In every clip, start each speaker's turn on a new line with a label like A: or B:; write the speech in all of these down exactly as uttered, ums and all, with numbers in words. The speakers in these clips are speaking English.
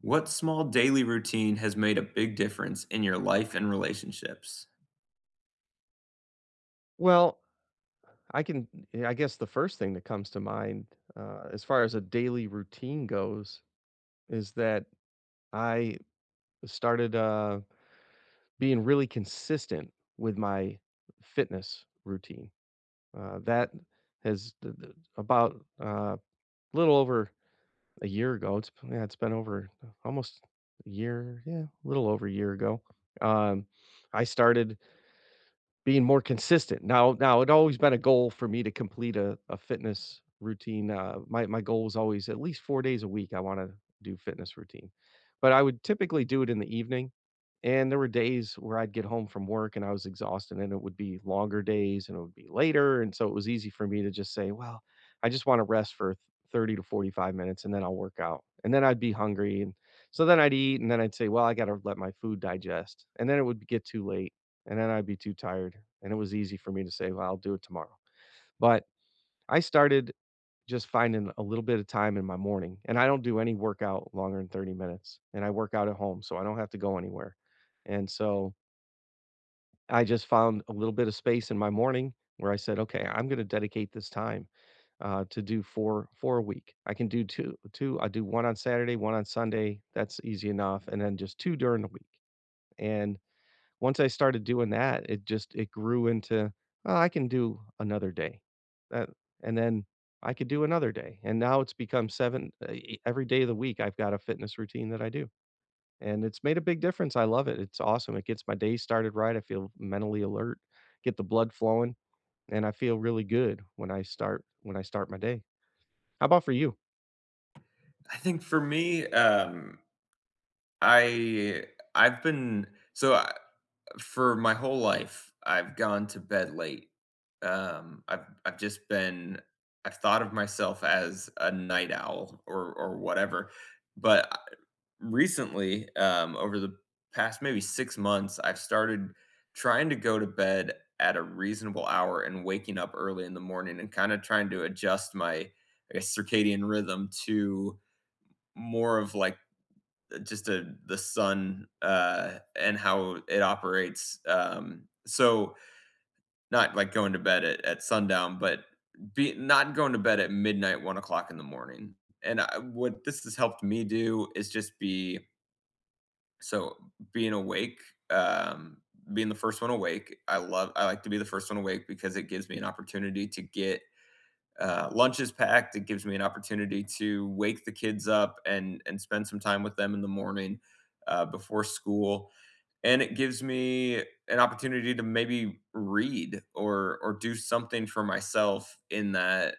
A: What small daily routine has made a big difference in your life and relationships?
B: Well, I can I guess the first thing that comes to mind, uh, as far as a daily routine goes, is that I started, uh, being really consistent with my fitness routine. Uh, that has th th about, A little over a year ago, it's, yeah, it's been over almost a year, yeah, a little over a year ago, um, I started Being more consistent. Now now it always been a goal for me to complete a a fitness routine, uh, my my goal was always at least four days a week, I wanna do fitness routine, but I would typically do it in the evening, and there were days where I'd get home from work and I was exhausted, and it would be longer days, and it would be later, and so it was easy for me to just say, "Well, I just wanna rest for th- thirty to forty-five minutes, and then I'll work out," and then I'd be hungry, and so then I'd eat, and then I'd say, "Well, I gotta let my food digest," and then it would get too late, and then I'd be too tired, and it was easy for me to say, "Well, I'll do it tomorrow." But I started just finding a little bit of time in my morning, and I don't do any workout longer than thirty minutes, and I work out at home, so I don't have to go anywhere, and so I just found a little bit of space in my morning where I said, "Okay, I'm gonna dedicate this time, uh, to do 4 4 a week. I can do 2 2 I do one on Saturday, one on Sunday, that's easy enough, and then just two during the week," and Once I started doing that, it just it grew into, "Oh, I can do another day." That and then I could do another day, and now it's become seven, uh, e every day of the week, I've got a fitness routine that I do, and it's made a big difference. I love it. It's awesome. It gets my day started right. I feel mentally alert, get the blood flowing, and I feel really good when I start when I start my day. How about for you?
A: I think for me, um, I I've been so I, for my whole life, I've gone to bed late. Um, I've I've just been I've thought of myself as a night owl or or whatever, but I- recently, um, over the past maybe six months, I've started trying to go to bed at a reasonable hour and waking up early in the morning and kind of trying to adjust my I guess circadian rhythm to more of like just a the sun, uh, and how it operates, um, so not, like, going to bed at at sundown, but be not going to bed at midnight, one o'clock in the morning, and I what this has helped me do is just be so being awake, um, being the first one awake. I love I like to be the first one awake because it gives me an opportunity to get uh, lunch is packed. It gives me an opportunity to wake the kids up and and spend some time with them in the morning uh, before school, and it gives me an opportunity to maybe read or or do something for myself in that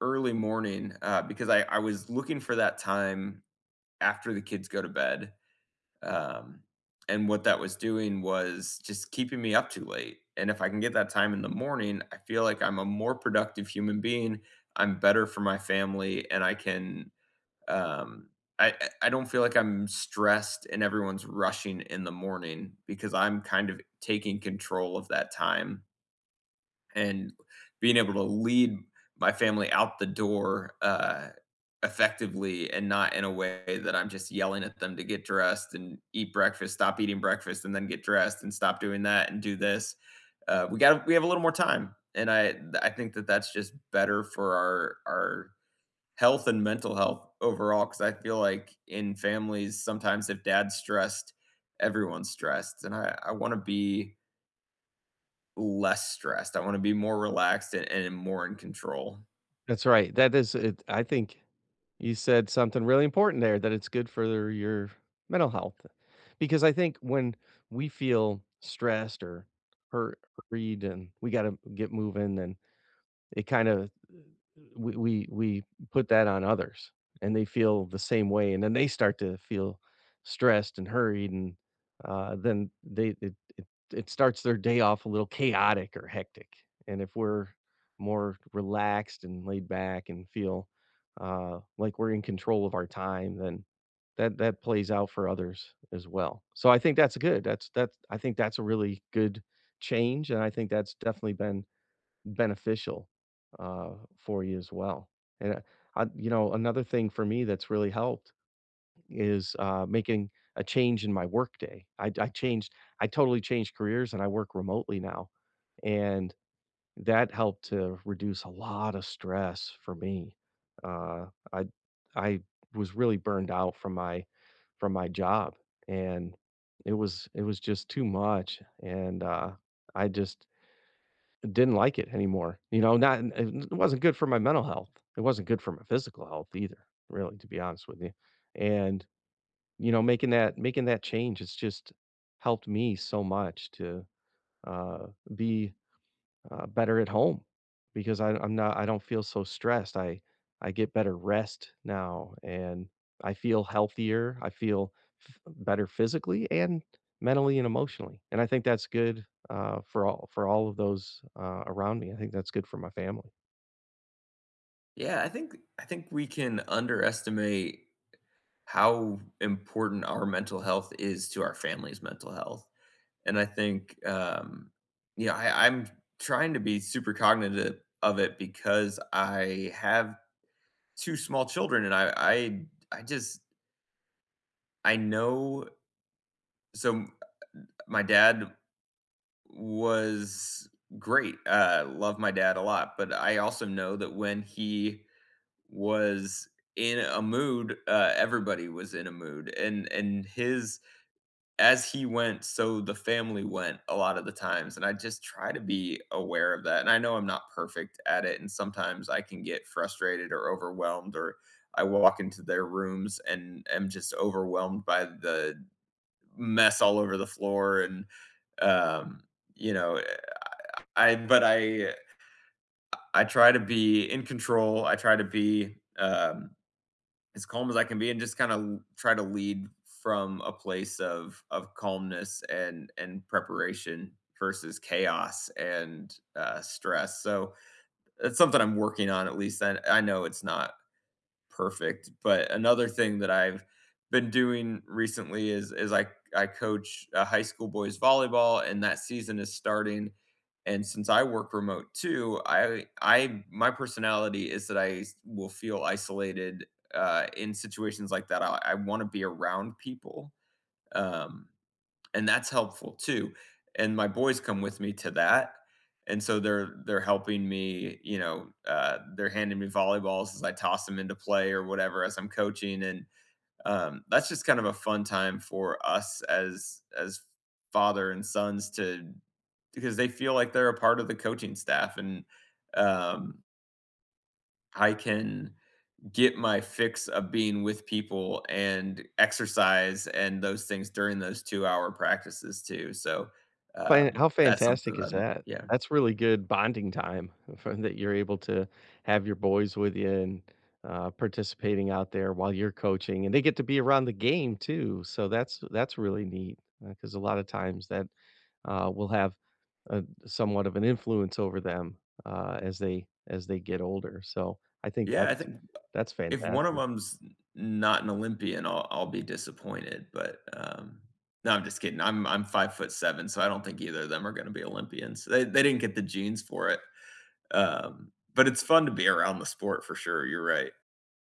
A: early morning uh, because I I was looking for that time after the kids go to bed, um, and what that was doing was just keeping me up too late. And if I can get that time in the morning, I feel like I'm a more productive human being. I'm better for my family, and I can. Um, I I I don't feel like I'm stressed and everyone's rushing in the morning because I'm kind of taking control of that time, and being able to lead my family out the door, uh, effectively and not in a way that I'm just yelling at them to get dressed and eat breakfast, stop eating breakfast, and then get dressed and stop doing that and do this. Uh, we got we have a little more time, and I I think that that's just better for our our health and mental health overall, because I feel like in families sometimes if dad's stressed, everyone's stressed, and I I want to be less stressed. I wanna be more relaxed and and more in control.
B: That's right. That is it. I think you said something really important there, that it's good for your mental health. Because I think when we feel stressed or hurt, worried, and we got to get moving, and it kind of, we we we put that on others, and they feel the same way, and then they start to feel stressed and hurried, and uh, then they it it it starts their day off a little chaotic or hectic, and if we're more relaxed and laid back and feel, uh, like we're in control of our time, then that that plays out for others as well. So I think that's good. That's that's I think that's a really good change, and I think that's definitely been beneficial, uh, for you as well. And, uh, I you know, another thing for me that's really helped is, uh, making a change in my workday. I I changed I totally changed careers, and I work remotely now, and that helped to reduce a lot of stress for me. Uh, I I was really burned out from my from my job, and it was it was just too much, and, uh, I just didn't like it anymore, you know, not, it wasn't good for my mental health. It wasn't good for my physical health either, really, to be honest with you, and, you know, making that making that change, it's just helped me so much to, uh, be, uh, better at home, because I, I'm not I don't feel so stressed. I I get better rest now, and I feel healthier. I feel f- better physically and mentally and emotionally. And I think that's good, uh, for all for all of those uh, around me. I think that's good for my family.
A: Yeah, I think I think we can underestimate how important our mental health is to our family's mental health, and I think, um, yeah, I I'm trying to be super cognitive of it because I have two small children, and I I I just I know, so my dad was great, uh, love my dad a lot, but I also know that when he was in a mood, uh, everybody was in a mood, and and his, as he went, so the family went a lot of the times, and I just try to be aware of that, and I know I'm not perfect at it, and sometimes I can get frustrated or overwhelmed, or I walk into their rooms and am just overwhelmed by the mess all over the floor, and um, you know, I but I I try to be in control. I try to be, um, as calm as I can be, and just kind of try to lead from a place of of calmness and and preparation versus chaos and, uh, stress. So that's something I'm working on. At least I, I know it's not perfect. But another thing that I've been doing recently is is I I coach uh, high school boys volleyball, and that season is starting. And since I work remote too, I I my personality is that I will feel isolated uh, in situations like that. I, I want to be around people. Um, and that's helpful too, and my boys come with me to that, and so they're they're helping me, you know, uh, they're handing me volleyballs as I toss them into play or whatever as I'm coaching, and, um, that's just kind of a fun time for us as as father and sons, to because they feel like they're a part of the coaching staff, and, um, I can get my fix of being with people and exercise and those things during those two hour practices too, so,
B: Fan
A: um,
B: How
A: that's something
B: fantastic
A: that
B: is
A: I'm
B: that?
A: yeah.
B: That's really good bonding time for that you're able to have your boys with you and, uh, participating out there while you're coaching, and they get to be around the game too, so that's that's really neat, because a lot of times that, uh, will have a somewhat of an influence over them, uh, as they as they get older, so I think
A: Yeah, I
B: that's
A: think
B: that's
A: if one of
B: fantastic.
A: them's not an Olympian, I'll I'll be disappointed, but, um no, I'm just kidding. I'm I'm five foot seven, so I don't think either of them are gonna be Olympians. They they didn't get the genes for it, um, but it's fun to be around the sport for sure, you're right.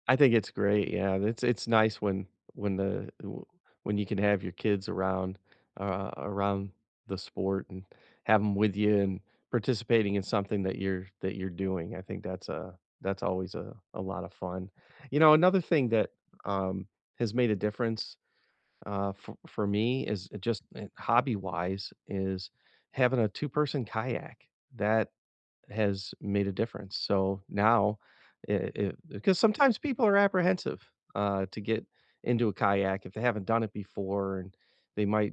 B: I think it's great, yeah, it's it's nice when when the w when you can have your kids around, uh, around the sport, and have them with you and participating in something that you're that you're doing, I think that's, a that's always a a lot of fun. You know, another thing that, um, has made a difference, uh, for for me, is just, eh, hobby-wise, is having a two-person kayak. That has made a difference. So now, it, because sometimes people are apprehensive, uh, to get into a kayak if they haven't done it before, and they might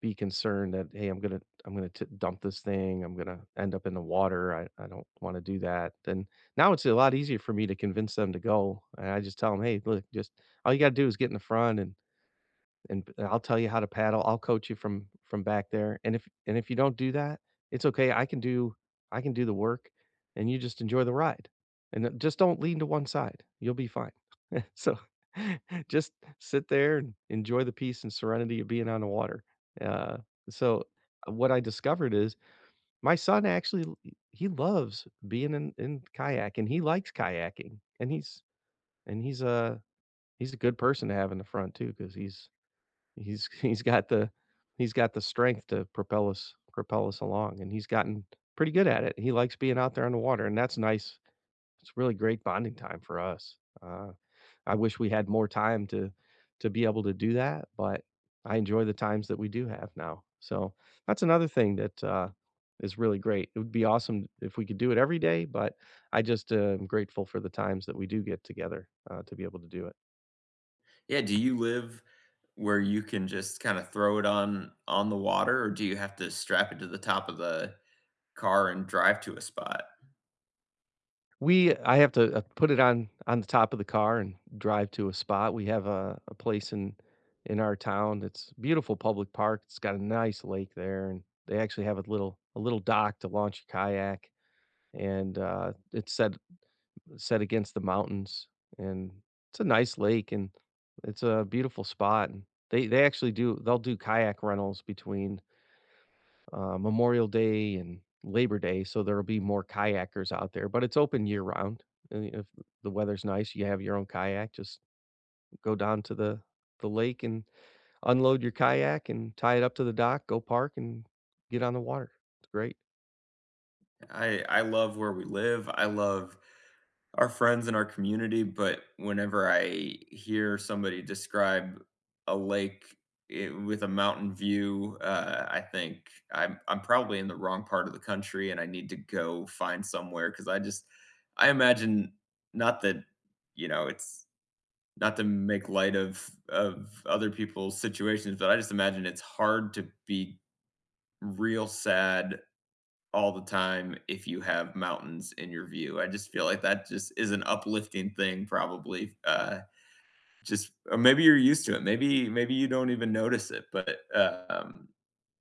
B: be concerned that, hey, I'm gonna I'm gonna t- dump this thing. I'm gonna end up in the water. I, I don't want to do that. Then now it's a lot easier for me to convince them to go, and I just tell them, hey, look, just all you gotta do is get in the front, and and I'll tell you how to paddle. I'll coach you from from back there. And if and if you don't do that, it's okay. I can do I can do the work, and you just enjoy the ride. And then just don't lean to one side. You'll be fine. So just sit there and enjoy the peace and serenity of being on the water. Uh, so uh, what I discovered is, my son actually, l- he loves being in, in kayak, and he likes kayaking, and he's and he's a he's a good person to have in the front too, because he's He's he's got the he's got the strength to propel us propel us along, and he's gotten pretty good at it. He likes being out there on the water, and that's nice. It's really great bonding time for us. Uh, I wish we had more time to to be able to do that, but I enjoy the times that we do have now. So that's another thing that, uh, is really great. It would be awesome if we could do it every day, but I just, uh, am grateful for the times that we do get together, uh, to be able to do it.
A: Yeah, do you live where you can just kinda throw it on on the water, or do you have to strap it to the top of the car and drive to a spot?
B: We I have to, uh, put it on on the top of the car and drive to a spot. We have a a place in in our town that's beautiful public park. It's got a nice lake there, and they actually have a little a little dock to launch a kayak, and, uh, it's set set against the mountains, and it's a nice lake, and it's a beautiful spot, and they they actually do they'll do kayak rentals between, uh, Memorial Day and Labor Day, so there'll be more kayakers out there, but it's open year round. And if the weather's nice, you have your own kayak, just go down to the the lake and unload your kayak and tie it up to the dock, go park, and get on the water. It's great.
A: I I love where we live, I love our friends and our community, but whenever I hear somebody describe a lake I with a mountain view, uh, I think I'm I'm probably in the wrong part of the country, and I need to go find somewhere because I just I imagine, not that, you know, it's not to make light of of other people's situations, but I just imagine it's hard to be real sad all the time if you have mountains in your view. I just feel like that just is an uplifting thing probably, uh, just, or maybe you're used to it. Maybe maybe you don't even notice it, but, um,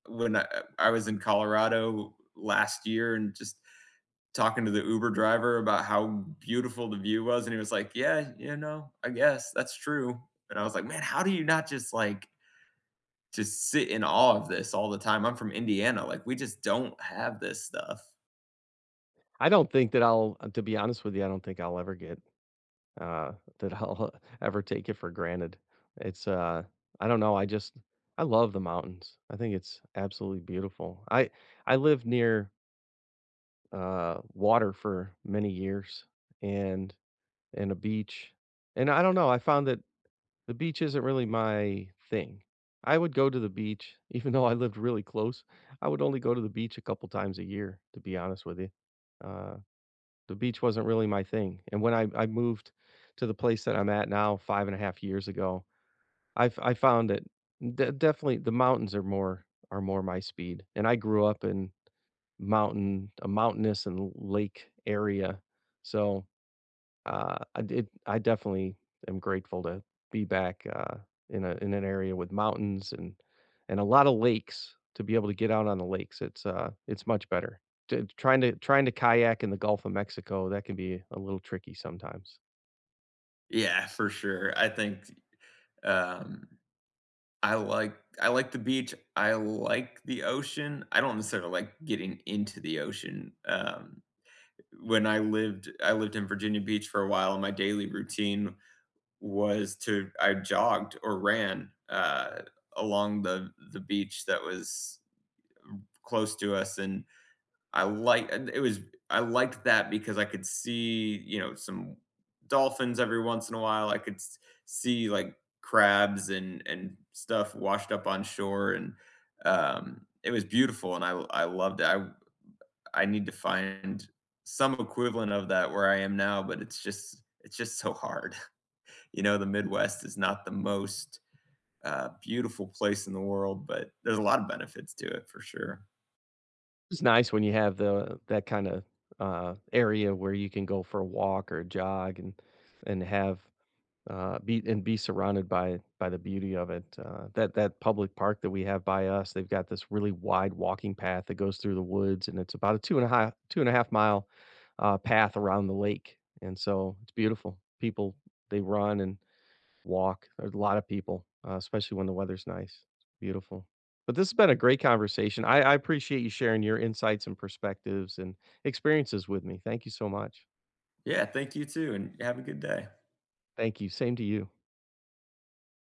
A: when I I was in Colorado last year, and just talking to the Uber driver about how beautiful the view was, and he was like, "Yeah, you know, I guess that's true." And I was like, "Man, how do you not just like just sit in awe of this all the time? I'm from Indiana, like we just don't have this stuff."
B: I don't think that I'll uh, to be honest with you, I don't think I'll ever get uh that I'll ever take it for granted. It's uh I don't know, I just, I love the mountains. I think it's absolutely beautiful. I I live near, uh, water for many years, and and a beach. And I don't know, I found that the beach isn't really my thing. I would go to the beach even though I lived really close. I would only go to the beach a couple times a year, to be honest with you. Uh, the beach wasn't really my thing. And when I, I moved to the place that I'm at now, five and a half years ago, I've I found that, de- definitely, the mountains are more are more my speed. And I grew up in mountain a mountainous and lake area. So, uh, I did I definitely am grateful to be back, uh, in a in an area with mountains, and and a lot of lakes, to be able to get out on the lakes. It's, uh, it's much better. T trying to trying to kayak in the Gulf of Mexico, that can be a little tricky sometimes.
A: Yeah, for sure. I think, um, I like I like the beach. I like the ocean. I don't necessarily like getting into the ocean. Um, when I lived I lived in Virginia Beach for a while, and my daily routine was to I jogged or ran uh, along the the beach that was close to us, and I like it was I liked that because I could see, you know, some dolphins every once in a while. I could s- see like crabs and and stuff washed up on shore, and um, it was beautiful, and I I loved it. I I need to find some equivalent of that where I am now, but it's just it's just so hard. You know, the midwest is not the most, uh, beautiful place in the world, but there's a lot of benefits to it for sure.
B: It's nice when you have the that kinda, uh, area where you can go for a walk or a jog, and and have uh, be and be surrounded by by the beauty of it. Uh, that that public park that we have by us, they've got this really wide walking path that goes through the woods, and it's about a two and a half two and a half mile, uh, path around the lake, and so it's beautiful. People they run and walk. There's a lot of people, uh, especially when the weather's nice. Beautiful. But this has been a great conversation. I, I appreciate you sharing your insights and perspectives and experiences with me. Thank you so much.
A: Yeah, thank you too, and have a good day.
B: Thank you. Same to you.